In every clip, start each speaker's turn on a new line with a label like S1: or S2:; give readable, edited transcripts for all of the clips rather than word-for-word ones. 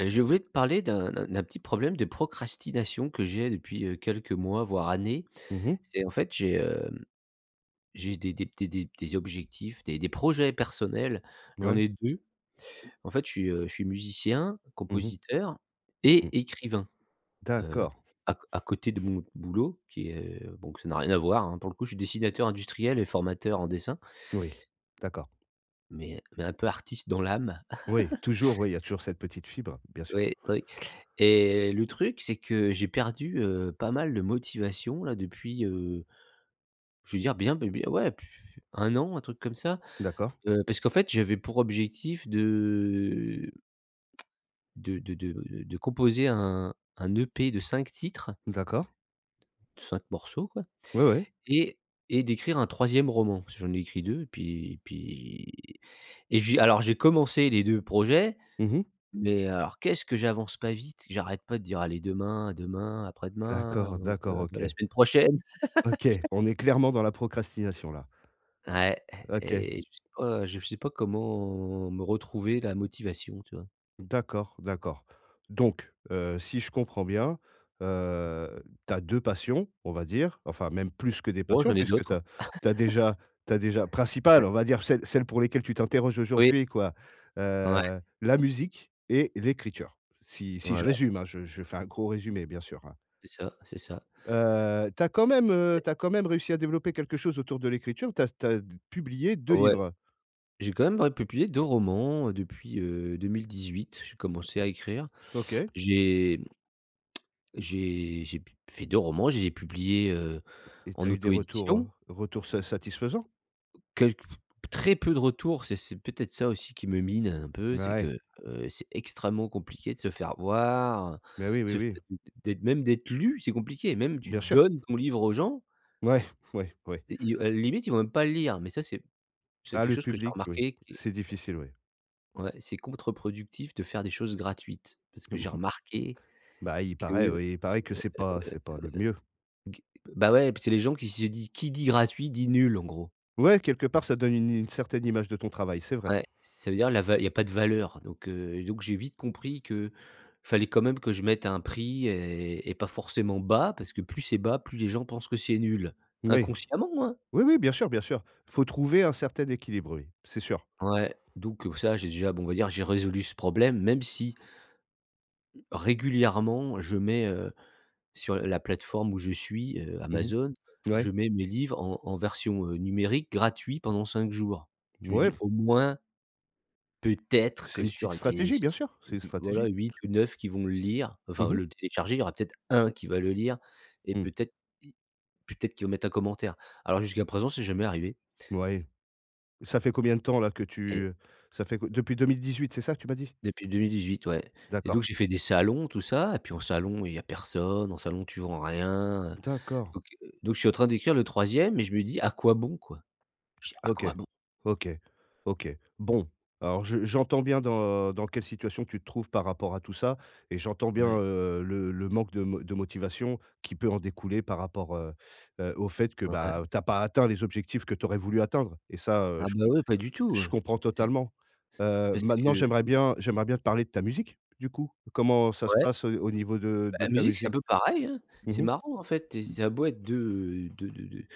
S1: Je voulais te parler d'un petit problème de procrastination que j'ai depuis, quelques mois, voire années.
S2: Mmh mh.
S1: C'est en fait, j'ai des objectifs, des projets personnels. J'en
S2: Ouais.
S1: ai 2. En fait, je suis musicien,
S2: Mmh mh.
S1: compositeur
S2: Mmh.
S1: et écrivain, heu,
S2: D'accord.
S1: à côté de mon boulot qui est, bon, que ça n'a rien à voir, hein. Pour le coup, je suis dessinateur industriel et formateur en dessin,
S2: Oui. D'accord.
S1: mais un peu artiste dans l'âme.
S2: Oui, toujours, oui, il y a toujours cette petite fibre, bien sûr.
S1: Ouais, truc Et le truc, c'est que j'ai perdu, pas mal de motivation là depuis, je veux dire bien b bien ouais, p 1 an, un truc comme ça.
S2: D'accord,
S1: Parce qu'en fait, j'avais pour objectif de de de de composer un EP de 5 titres,
S2: d'accord.
S1: 5 morceaux quoi
S2: Ouais, ouais.
S1: et et d'écrire un troisième roman. Parce que j'en ai écrit 2. Puis puis et j'ai alors j'ai commencé les 2 projets.
S2: Mmh mh.
S1: Mais alors qu'est-ce que j'avance pas vite? J'arrête pas de dire: «Allez demain, demain, après-demain,
S2: D'accord, d'accord, OK.
S1: la semaine prochaine».
S2: OK, on est clairement dans la procrastination là.
S1: Ouais,
S2: OK.
S1: et je sais pas comment me retrouver la motivation, tu vois?
S2: D'accord, d'accord. Donc, si je comprends bien, tu as 2 passions, on va dire, enfin même plus que des
S1: Oh,
S2: passions
S1: j'en ai
S2: puisque tu
S1: d'autres,
S2: as déjà t'as déjà principale,
S1: hein.
S2: on va dire celles pour lesquelles tu t'interroges
S1: Oui,
S2: aujourd'hui quoi,
S1: ouais,
S2: la musique et l'écriture. Si je
S1: voilà,
S2: résume, hein, je fais un gros résumé bien sûr, hein.
S1: c'est ça, c'est ça.
S2: Tu quand même réussi à développer quelque chose autour de l'écriture. T'as t'as d publié 2
S1: Ouais,
S2: livres.
S1: j'ai quand même, ouais, publié 2 romans, depuis, 2018. J'ai commencé à écrire.
S2: OK,
S1: J'ai j'ai p fait 2 romans, je les ai publiés,
S2: et
S1: en
S2: t'as eu des retours,
S1: auto-édition.
S2: retours sa satisfaisants?
S1: Quelques Très peu de retours, c'est peut-être ça aussi qui me mine un peu, c'est
S2: Ouais,
S1: que, c'est extrêmement compliqué de se faire voir,
S2: mais oui,
S1: de
S2: oui,
S1: se f
S2: oui.
S1: d'être même d'être lu, c'est compliqué. Même tu
S2: Bien sûr.
S1: donnes ton livre aux gens,
S2: Ouais, ouais, ouais.
S1: et ils, à la limite, ils vont même pas le lire, mais ça, c'est
S2: Ah,
S1: quelque
S2: le
S1: chose que j'ai
S2: public, oui,
S1: remarqué qui est
S2: c'est difficile, oui.
S1: ouais, c'est contre-productif de faire des choses gratuites. Parce que j'ai remarqué
S2: Bah, il
S1: que,
S2: paraît, oui, il paraît que c'est pas le mieux.
S1: g bah, ouais, parce que les gens qui dit gratuit dit nul, en gros.
S2: Ouais, quelque part, ça donne une certaine image de ton travail, c'est vrai.
S1: Ouais, ça veut dire la va il y a pas de valeur, donc j'ai vite compris qu'il fallait quand même que je mette un prix et pas forcément bas parce que plus c'est bas, plus les gens pensent que c'est nul.
S2: Oui.
S1: Inconsciemment, hein.
S2: Oui, oui, bien sûr, bien sûr. Faut trouver un certain équilibre, oui, c'est sûr.
S1: Ouais, donc ça, j'ai déjà bon, on va dire, j'ai résolu ce problème même si régulièrement je mets, sur la plateforme où je suis,
S2: Mmh.
S1: Amazon,
S2: Ouais.
S1: je mets mes livres en version, numérique gratuit pendant 5 jours. Je me
S2: Ouais,
S1: dis, au moins, peut-être
S2: c'est
S1: que
S2: une petite
S1: sur les,
S2: stratégie, bien
S1: si
S2: sûr, c'est une
S1: voilà,
S2: stratégie.
S1: 8 ou 9 qui vont le lire, enfin
S2: Mmh mh.
S1: le télécharger, il y aura peut-être un qui va le lire et
S2: Mmh.
S1: i peut-être qu'il va mettre un commentaire. Alors jusqu'à présent, c'est jamais arrivé.
S2: Ouais. Ça fait combien de temps là que
S1: Et
S2: tu, ça fait qu depuis 2018, c'est ça que tu m'as dit?
S1: depuis 2018, ouais, et donc
S2: D'accord,
S1: j'ai fait des salons, tout ça. Et puis en salon, il y a personne, en salon, tu vends rien,
S2: d'accord.
S1: donc je suis en train d'écrire le troisième, e et je me dis: «À quoi bon, quoi?». Je dis: «À
S2: OK.
S1: quoi bon?».
S2: OK. OK. Bon, alors je j'entends bien dans quelle situation tu te trouves par rapport à tout ça et j'entends bien,
S1: Ouais,
S2: le manque de mo de motivation qui peut en découler par rapport, au fait que,
S1: ouais.
S2: bah, tu as pas atteint les objectifs que tu aurais voulu atteindre et ça, heu,
S1: Ah
S2: je
S1: bah,
S2: com
S1: ouais, pas du tout,
S2: je comprends
S1: parce
S2: totalement.
S1: parce
S2: Maintenant
S1: que
S2: j'aimerais bien te parler de ta musique, du coup. Comment ça se
S1: ouais.
S2: passe, au niveau de
S1: La
S2: ta
S1: musique, c'est un peu
S2: musique?
S1: pareil, hein. C'est
S2: Mmh mh.
S1: marrant en fait et ça a beau être 2 2 2 2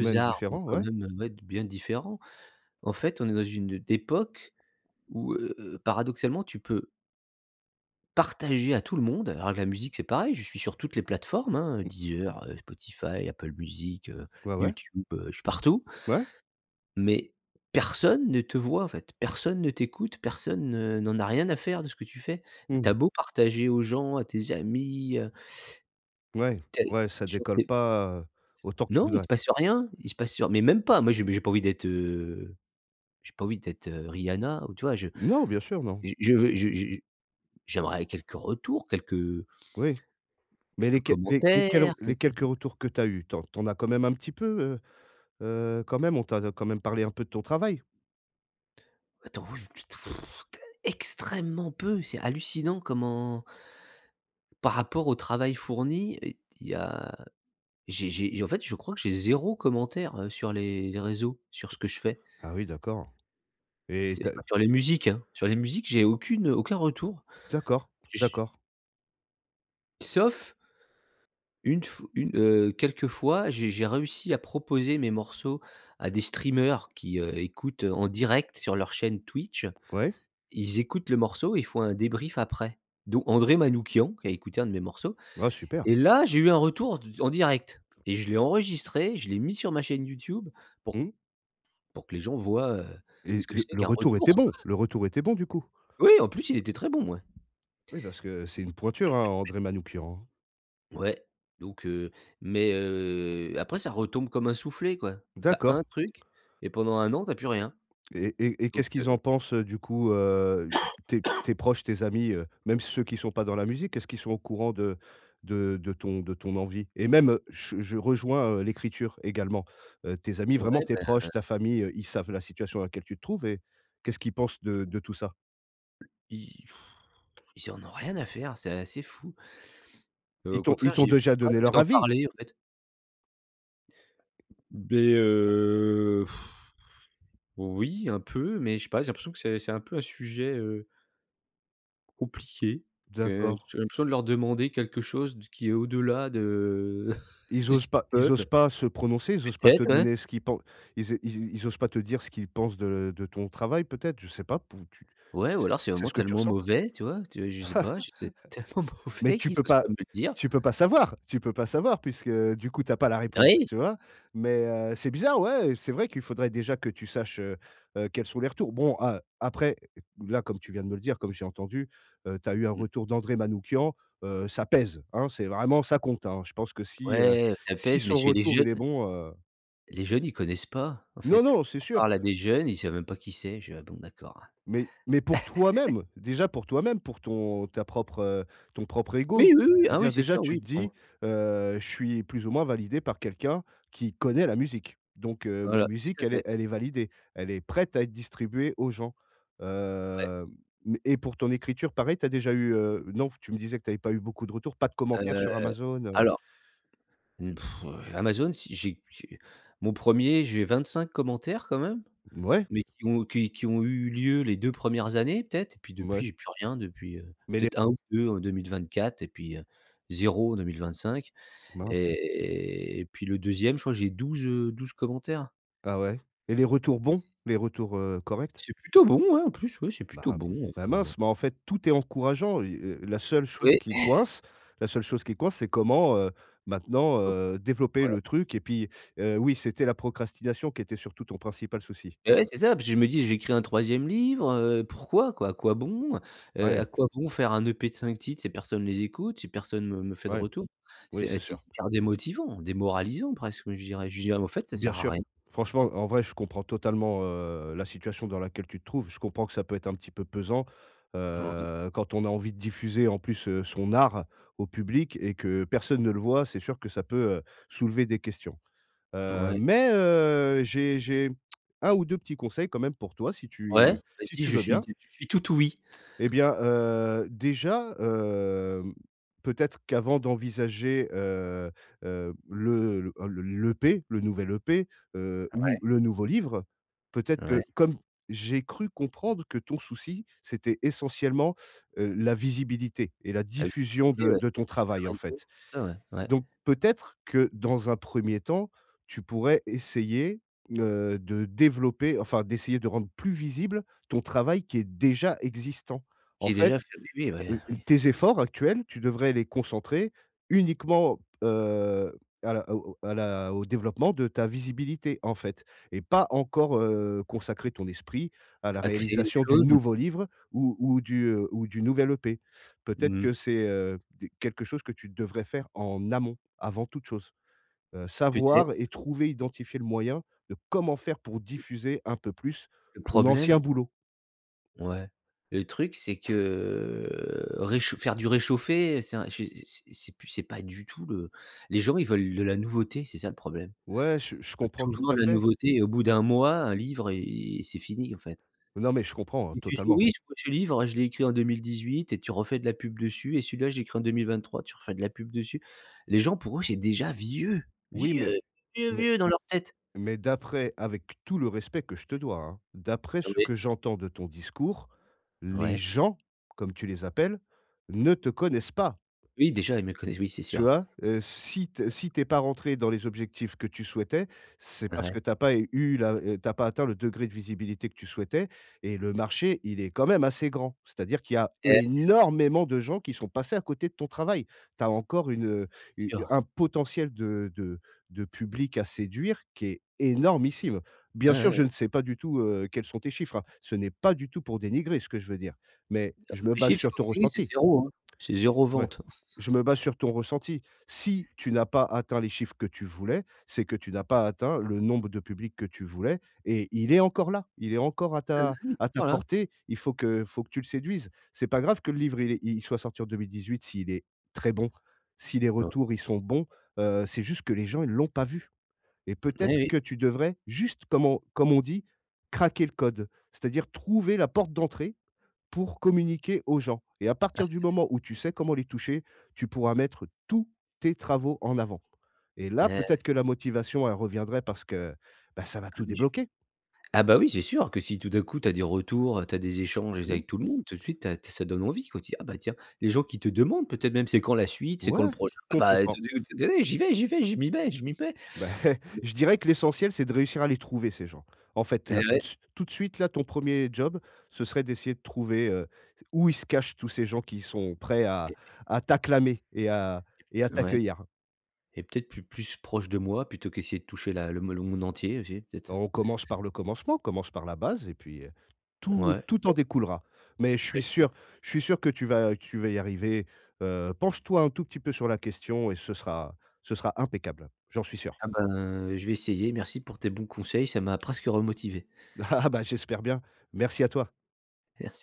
S1: 2 arts
S2: différents,
S1: quand
S2: ouais.
S1: même, ouais, bien différents. En fait, on est dans une époque où, paradoxalement, tu peux partager à tout le monde alors que la musique, c'est pareil, je suis sur toutes les plateformes, hein,
S2: Mmh.
S1: Deezer, Spotify, Apple Music,
S2: Ouais, ouais.
S1: YouTube, je suis partout.
S2: Ouais.
S1: Mais personne ne te voit en fait, personne ne t'écoute, personne, n'en a rien à faire de ce que tu fais. Tu
S2: Mmh.
S1: as beau partager aux gens, à tes amis,
S2: Ouais,
S1: tu
S2: ouais,
S1: as
S2: ça
S1: sur
S2: décolle
S1: tes
S2: pas, autant que tu
S1: non, il
S2: voudrais.
S1: se passe rien, il se passe mais même pas. Moi, j'ai pas envie d'être, Rihanna ou tu vois?
S2: Non, bien sûr, non.
S1: Je veux je j'aimerais quelques retours, quelques
S2: Oui. Mais
S1: quelques
S2: les
S1: commentaires, que
S2: quelques retours que tu as eu, t'en en as quand même un petit peu, quand même, on t'a quand même parlé un peu de ton travail?
S1: attends, oui, extrêmement peu. C'est hallucinant comment par rapport au travail fourni, il y a j'ai en fait, je crois que j'ai zéro commentaire, sur les réseaux, sur ce que je fais.
S2: Ah oui, d'accord, et
S1: C'est
S2: tu
S1: Enfin, sur les musiques, hein, sur les musiques, j'ai aucun retour.
S2: d'accord,
S1: Je
S2: d'accord.
S1: sauf Quelques fois, j'ai réussi à proposer mes morceaux à des streamers qui, écoutent en direct sur leur chaîne Twitch.
S2: Ouais,
S1: Ils écoutent le morceau et ils font un débrief après. Donc, André Manoukian qui a écouté un de mes morceaux,
S2: ah super.
S1: et là, j'ai eu un retour d en direct, et je l'ai enregistré, je l'ai mis sur ma chaîne YouTube pour
S2: Mmh,
S1: pour que les gens voient,
S2: et
S1: ce que
S2: le
S1: c'est qu'un
S2: retour était
S1: retour.
S2: bon? Le retour était bon, du coup?
S1: Oui, en plus, il était très bon, ouais.
S2: Oui, parce que c'est une pointure, hein, André Manoukian, hein.
S1: Ouais, donc heu, mais, après ça retombe comme un soufflé, quoi. T'as un
S2: D'accord.
S1: truc et pendant un an, t'as plus rien.
S2: Et
S1: Donc,
S2: qu'est-ce qu'ils en pensent, heu, du coup, tes proches, tes amis, même ceux qui sont pas dans la musique, est-ce qu'ils sont au courant de ton envie? Et même, je rejoins, l'écriture également. Tes amis,
S1: ouais,
S2: vraiment tes
S1: bah,
S2: proches, ta famille, ils savent la situation dans laquelle tu te trouves et qu'est-ce qu'ils pensent de tout ça?
S1: ils ils en ont rien à faire, c'est assez fou. Au
S2: Ils
S1: contraire,
S2: t'ont
S1: j'évite
S2: déjà donné
S1: presque
S2: leur
S1: d'en
S2: avis?
S1: parler, en fait. Beh, oui, un peu, mais je sais pas, j'ai l'impression que c'est un peu un sujet, compliqué, que
S2: D'accord.
S1: j'ai l'impression de leur demander quelque chose de qui est au-delà de de ce qu'ils
S2: Ils osent
S1: peuvent.
S2: pas se prononcer? Ils osent pas te
S1: Peut-être, ouais.
S2: donner ce qu'ils pen ils osent pas te dire ce qu'ils pensent de ton travail peut-être? Je sais pas pou tu
S1: Ouais, ou alors
S2: c'est
S1: c'est vraiment
S2: ce que tu
S1: tellement
S2: ressens?
S1: mauvais, tu vois? Tu Je sais pas, je c'est tellement
S2: Mais
S1: mauvais
S2: tu
S1: qu'ils
S2: peux
S1: osent
S2: pas
S1: pas me le dire.
S2: tu peux pas savoir puisque, du coup, tu as pas la réponse,
S1: Oui!
S2: tu vois? Mais, c'est bizarre, ouais, c'est vrai qu'il faudrait déjà que tu saches, quels sont les retours. Bon, a après, là, comme tu viens de me le dire, comme j'ai entendu, tu as eu un
S1: Mmh,
S2: retour d'André Manoukian, ça pèse, hein, c'est vraiment ça compte, hein. Je pense que si,
S1: ouais, ça
S2: si
S1: pèse. Mais
S2: son
S1: chez les
S2: retour, il est
S1: jeunes
S2: bon,
S1: les jeunes, ils connaissent pas, en
S2: non,
S1: fait.
S2: non, c'est
S1: On
S2: sûr.
S1: parle à des jeunes, ils savent même pas qui c'est. Je fais: «Ah bon, d'accord».
S2: Mais pour toi-même, déjà pour toi-même, pour ton ta propre, ton propre ego.
S1: Oui, oui,
S2: Je
S1: oui,
S2: veux
S1: ah oui,
S2: dire
S1: c'est
S2: déjà
S1: sûr,
S2: tu te
S1: oui, bon,
S2: dis, «Je suis plus ou moins validé par quelqu'un qui connaît la musique. Donc ma
S1: voilà,
S2: musique
S1: tout à
S2: elle est
S1: fait.
S2: validée. Elle est prête à être distribuée aux gens». Hem, mais et pour ton écriture pareil, tu as déjà eu, non, tu me disais que tu avais pas eu beaucoup de retours, pas de commentaires
S1: Heu,
S2: sur Amazon, heu?
S1: alors, Amazon, si j'ai j'ai mon premier, j'ai 25 commentaires quand même,
S2: Mouais,
S1: mais qui ont eu lieu les 2 premières années peut-être et puis
S2: ouais.
S1: depuis, j'ai plus rien. Depuis,
S2: Mais les
S1: peut-être un ou 2 en 2024 et puis, 0 en 2025.
S2: mince.
S1: Et puis le deuxième, je crois j'ai 12 commentaires.
S2: Ah ouais? Et les retours bons? Les retours, corrects?
S1: C'est plutôt bon, ouais, en plus, ouais, c'est
S2: Bah,
S1: plutôt bon,
S2: bah, mince, mais en fait, tout est encourageant et la seule chose
S1: ouais.
S2: qui coince, c'est comment, maintenant,
S1: Donc,
S2: développer
S1: ouais.
S2: le truc et puis, oui, c'était la procrastination qui était surtout ton principal souci.
S1: Bah, ouais, c'est ça, parce que je me dis: «J'écris un troisième livre, pourquoi quoi? À quoi bon?
S2: Ouais,
S1: À quoi bon faire un EP de 5 titres si personne les écoute, si personne me fait de
S2: ouais,
S1: retour?».
S2: oui,
S1: c'est ah,
S2: c'est
S1: c'est
S2: sûr.
S1: hyper démotivant, démoralisant presque, oui, je dirais. Je dirais: «En fait, ça
S2: Bien
S1: sert à
S2: sûr.
S1: rien».
S2: Franchement, en vrai, je comprends totalement, la situation dans laquelle tu te trouves. Je comprends que ça peut être un petit peu pesant,
S1: Ouais,
S2: quand on a envie de diffuser en plus, son art au public et que personne ne le voit, c'est sûr que ça peut, soulever des questions.
S1: ouais.
S2: Mais j'ai 1 ou 2 petits conseils quand même pour toi si
S1: Ouais,
S2: tu
S1: vas-y, je
S2: veux
S1: suis
S2: bien.
S1: je suis tout ouïe.
S2: Eh bien, déjà, hem, peut-être qu'avant d'envisager, le l'EP, le nouvel EP, ou le nouveau livre, peut-être
S1: Ouais,
S2: que comme j'ai cru comprendre que ton souci, c'était essentiellement, la visibilité et la
S1: la
S2: diffusion
S1: visibilité,
S2: de
S1: ouais,
S2: ton
S1: sur les
S2: travail, en
S1: réseaux,
S2: fait.
S1: tout ça, ouais, ouais,
S2: Donc peut-être que dans un premier temps, tu pourrais essayer, de développer, enfin d'essayer de rendre plus visible ton travail qui est déjà existant. En
S1: qui est
S2: fait,
S1: déjà fait, oui, oui, ouais, oui,
S2: Tes efforts actuels, tu devrais les concentrer uniquement, à la au développement de ta visibilité, en fait, et pas encore, consacrer ton esprit à la
S1: à créer des
S2: réalisation du
S1: choses,
S2: nouveau livre ou du, ou du nouvel EP. Peut-être
S1: mmh,
S2: que c'est, des quelque chose que tu devrais faire en amont, avant toute chose. Savoir
S1: peut-être.
S2: et trouver, identifier le moyen de comment faire pour diffuser un peu plus
S1: Le
S2: ton
S1: problème.
S2: ancien boulot.
S1: Ouais. Le truc, c'est que, réchau faire du réchauffé, c'est un je c'est plus c'est pas du tout le les gens, ils veulent de la nouveauté, c'est ça le problème.
S2: Ouais, je
S1: Ils veulent
S2: comprends tout
S1: toujours
S2: à
S1: de la
S2: fait.
S1: nouveauté et au bout d'un mois, un livre et c'est fini, en fait.
S2: Non, mais je comprends, hein,
S1: Et tu dis:
S2: totalement.
S1: «Oui, ce livre, je l'ai écrit en 2018 et tu refais de la pub dessus et celui-là, je l'ai écrit en 2023, tu refais de la pub dessus. Les gens, pour eux, c'est déjà vieux,
S2: Oui,
S1: vieux,
S2: mais
S1: vieux,
S2: mais
S1: vieux dans leur tête».
S2: d'après, avec tout le respect que je te dois, hein, d'après ce
S1: Oui.
S2: que j'entends de ton discours, les
S1: Ouais.
S2: gens, comme tu les appelles, ne te connaissent pas.
S1: Oui, déjà, ils me connaissent, oui, c'est
S2: Tu
S1: sûr.
S2: vois? Si t'es pas rentré dans les objectifs que tu souhaitais, c'est parce que
S1: Ouais.
S2: t'as pas eu la tu pas atteint le degré de visibilité que tu souhaitais et le marché, il est quand même assez grand. C'est-à-dire qu'il y a
S1: Eh,
S2: énormément de gens qui sont passés à côté de ton travail. Tu as encore une, u
S1: sûr.
S2: un potentiel de public à séduire qui est énormissime. Bien
S1: Ouais,
S2: sûr,
S1: ouais.
S2: je ne sais pas du tout, quels sont tes chiffres, hein. Ce n'est pas du tout pour dénigrer ce que je veux dire, mais
S1: Ah bah,
S2: je me
S1: mes
S2: base
S1: chiffres, c'est
S2: sur
S1: pas
S2: ton
S1: compliqué, c'est
S2: ressenti.
S1: 0, hein. C'est 0
S2: Ouais.
S1: vente.
S2: Je me base sur ton ressenti. Si tu n'as pas atteint les chiffres que tu voulais, c'est que tu n'as pas atteint le nombre de publics que tu voulais et il est encore là. Il est encore à ta
S1: Voilà.
S2: portée. Il faut que tu le séduises. C'est pas grave que le livre, il soit sorti en 2018 s'il est très bon, si les
S1: Hein.
S2: retours, ils sont bons, c'est juste que les gens, ils l'ont pas vu et peut-être
S1: Eh oui.
S2: que tu devrais juste, comme on dit, craquer le code. C'est-à-dire trouver la porte d'entrée pour communiquer aux gens et à partir du moment où tu sais comment les toucher, tu pourras mettre tous tes travaux en avant et là,
S1: Eh
S2: peut-être que la motivation, elle reviendrait parce que, bah, ça va
S1: bah,
S2: tout
S1: oui, je
S2: débloquer.
S1: ah bah, oui, c'est sûr que si tout d'un coup, tu as des retours, tu as des échanges
S2: Mmh,
S1: avec tout le monde, tout de suite, tu as ça donne envie, quoi. Tu dis: «Ah bah tiens», les gens qui te demandent peut-être même: «C'est quand la suite? C'est quand le
S2: ouais,
S1: prochain?». Ah bah,
S2: complètement.
S1: tout d'un coup, tu dis: «Eh, j'y vais, je m'y mets, je m'y mets».
S2: Bah, je dirais que l'essentiel, c'est de réussir à les trouver ces gens. En fait,
S1: Eh
S2: là,
S1: ouais,
S2: tout de suite, là, ton premier job, ce serait d'essayer de trouver, où ils se cachent tous ces gens qui sont prêts à
S1: et
S2: t'acclamer et à
S1: ouais
S2: t'accueillir.
S1: et peut-être plus proche de moi plutôt qu'essayer de toucher la le me le monde entier aussi, peut-être.
S2: Quand on commence par le commencement, on commence par la base et puis, tout
S1: Ouais.
S2: en découlera. Mais je
S1: Bah,
S2: suis
S1: je vais
S2: sûr que tu vas y arriver, penche-toi un tout petit peu sur la question et ce sera impeccable. J'en suis sûr.
S1: Ah bah, je vais essayer. Merci pour tes bons conseils, ça m'a presque remotivé.
S2: Ah bah, j'espère bien. Merci à toi.
S1: Merci.